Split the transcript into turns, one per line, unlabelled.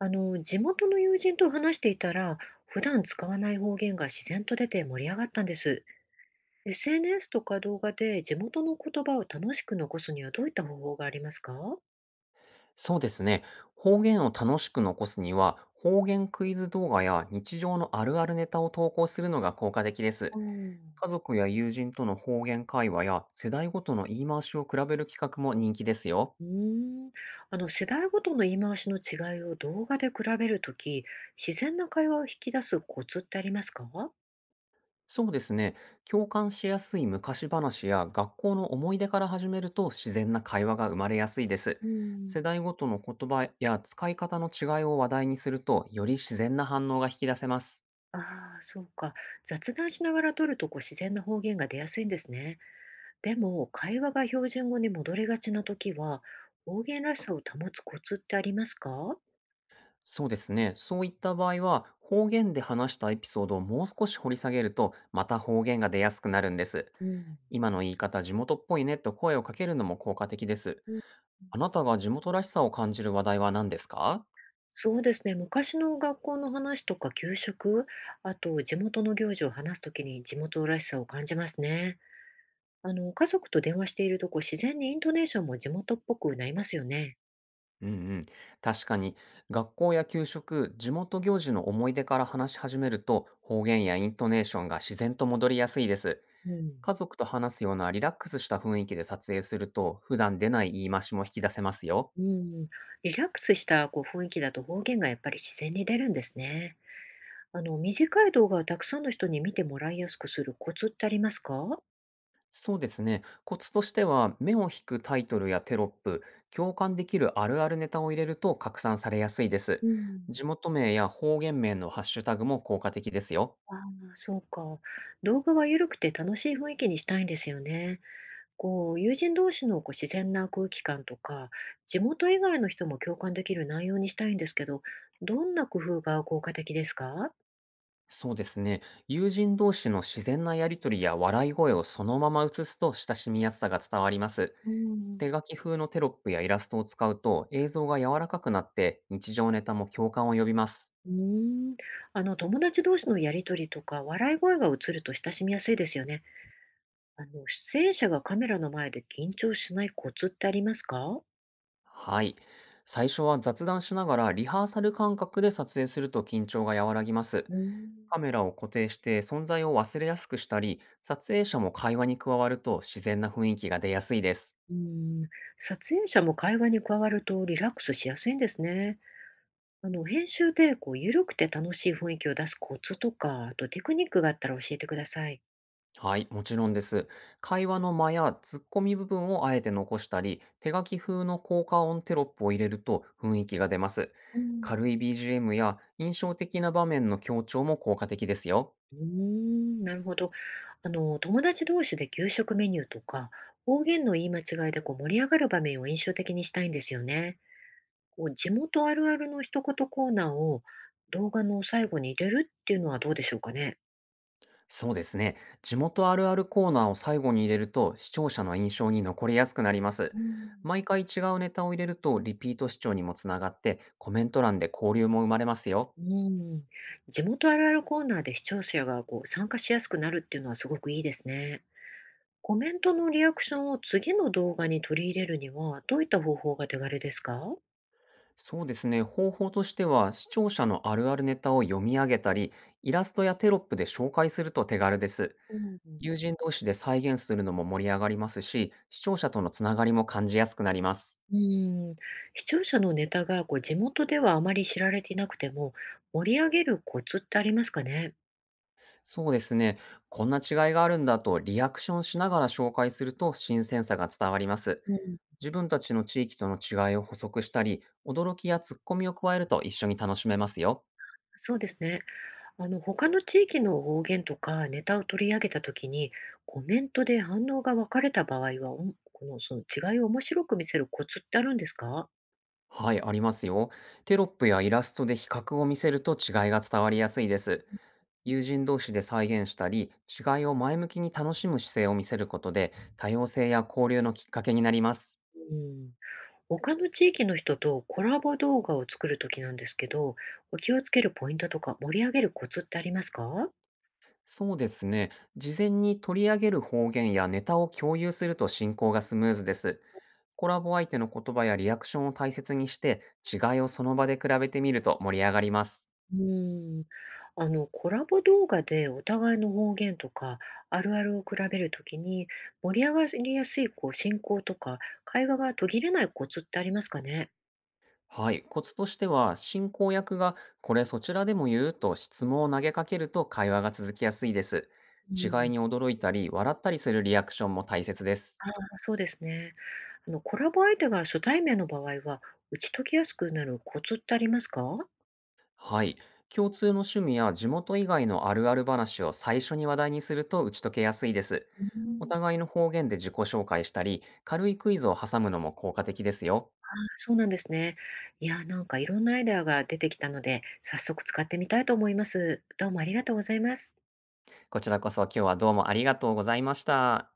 地元の友人と話していたら、普段使わない方言が自然と出て盛り上がったんです。SNS とか動画で地元の言葉を楽しく残すにはどういった方法がありますか？
そうですね。方言を楽しく残すには、方言クイズ動画や日常のあるあるネタを投稿するのが効果的で
う
す。
ん。
家族や友人との方言会話や世代ごとの言い回しを比べる企画も人気ですよ。
うーん。世代ごとの言い回しの違いを動画で比べるとき、自然な会話を引き出すコツってありますか？
そうですね。共感しやすい昔話や学校の思い出から始めると、自然な会話が生まれやすいです。
う
世
ん。
代ごとの言葉や使い方の違いを話題にすると、より自然な反応が引き出せます。
ああそうか。雑談しながら撮るとこう自然な方言が出やすいんですね。でも、会話が標準語に戻りがちな時は、方言らしさを保つコツってありますか？
そうですね。そういった場合は、方言で話したエピソードをもう少し掘り下げると、また方言が出やすくなるんです。
うん。
今の言い方、地元っぽいねと声をかけるのも効果的です。
うん。
あなたが地元らしさを感じる話題は何ですか？
そうですね。昔の学校の話とか給食、あと地元の行事を話すときに地元らしさを感じますね。家族と電話しているとこう自然にイントネーションも地元っぽくなりますよね。
うんうん。確かに、学校や給食、地元行事の思い出から話し始めると、方言やイントネーションが自然と戻りやすいです。
うん。
家族と話すようなリラックスした雰囲気で撮影すると、普段出ない言い回しも引き出せますよ。
うん、リラックスしたこう雰囲気だと方言がやっぱり自然に出るんですね。短い動画をたくさんの人に見てもらいやすくするコツってありますか？
そうですね。コツとしては、目を引くタイトルやテロップ、共感できるあるあるネタを入れると拡散されやすいです。
うん。
地元名や方言名のハッシュタグも効果的ですよ。
ああ、そうか。動画は緩くて楽しい雰囲気にしたいんですよね。こう、友人同士のこう自然な空気感とか、地元以外の人も共感できる内容にしたいんですけど、どんな工夫が効果的ですか？
そうですね。友人同士の自然なやりとりや笑い声をそのまま映すと、親しみやすさが伝わります。
うん、
手書き風のテロップやイラストを使うと、映像が柔らかくなって日常ネタも共感を呼びます。
うーん。友達同士のやりとりとか、笑い声が映ると親しみやすいですよね。出演者がカメラの前で緊張しないコツってありますか？
はい。最初は雑談しながらリハーサル感覚で撮影すると、緊張が和らぎます。
うー
カ
ん。
メラを固定して存在を忘れやすくしたり、撮影者も会話に加わると自然な雰囲気が出やすいです。
うん、撮影者も会話に加わるとリラックスしやすいんですね。編集でこう、緩くて楽しい雰囲気を出すコツとか、あとテクニックがあったら教えてください。
はい、もちろんです。会話の間やツッコミ部分をあえて残したり、手書き風の効果音テロップを入れると雰囲気が出ます。
う
軽
ん、
い BGM や印象的な場面の強調も効果的ですよ。
うーん、なるほど。友達同士で給食メニューとか、方言の言い間違いでこう盛り上がる場面を印象的にしたいんですよね。こう、地元あるあるの一言コーナーを動画の最後に入れるっていうのはどうでしょうかね。
そうですね。地元あるあるコーナーを最後に入れると、視聴者の印象に残りやすくなります。
うん
毎回違うネタを入れるとリピート視聴にもつながって、コメント欄で交流も生まれますよ。
うん、地元あるあるコーナーで視聴者がこう参加しやすくなるっていうのはすごくいいですね。コメントのリアクションを次の動画に取り入れるにはどういった方法が手軽ですか？
そうですね。方法としては、視聴者のあるあるネタを読み上げたり、イラストやテロップで紹介すると手軽です。
うん、
友人同士で再現するのも盛り上がりますし、視聴者とのつながりも感じやすくなります。
うん、視聴者のネタがこう地元ではあまり知られていなくても盛り上げるコツってありますかね？
そうですね。こんな違いがあるんだとリアクションしながら紹介すると、新鮮さが伝わります。
うん。
自分たちの地域との違いを補足したり、驚きやツッコミを加えると一緒に楽しめますよ。
そうですね。他の地域の方言とかネタを取り上げたときに、コメントで反応が分かれた場合は、おんこの、その違いを面白く見せるコツってあるんですか？
はい、ありますよ。テロップやイラストで比較を見せると、違いが伝わりやすいです。友人同士で再現したり、違いを前向きに楽しむ姿勢を見せることで、多様性や交流のきっかけになります。
うん。他の地域の人とコラボ動画を作る時なんですけど、お気をつけるポイントとか盛り上げるコツってありますか？
そうですね。事前に取り上げる方言やネタを共有すると、進行がスムーズです。コラボ相手の言葉やリアクションを大切にして、違いをその場で比べてみると盛り上がります。
うん。コラボ動画でお互いの方言とかあるあるを比べるときに、盛り上がりやすいこう進行とか会話が途切れないコツってありますかね？
はい。コツとしては、進行役が、これそちらでも言うと質問を投げかけると会話が続きやすいです。
う
違い
ん。
に驚いたり、笑ったりするリアクションも大切です。
あ、そうですね。コラボ相手が初対面の場合は、打ち解きやすくなるコツってありますか？
はい。共通の趣味や地元以外のあるある話を最初に話題にすると、打ち解けやすいです。
う
お
ん。
互いの方言で自己紹介したり、軽いクイズを挟むのも効果的ですよ。
あ、そうなんですね。いや、なんかいろんなアイデアが出てきたので、早速使ってみたいと思います。どうもありがとうございます。
こちらこそ、今日はどうもありがとうございました。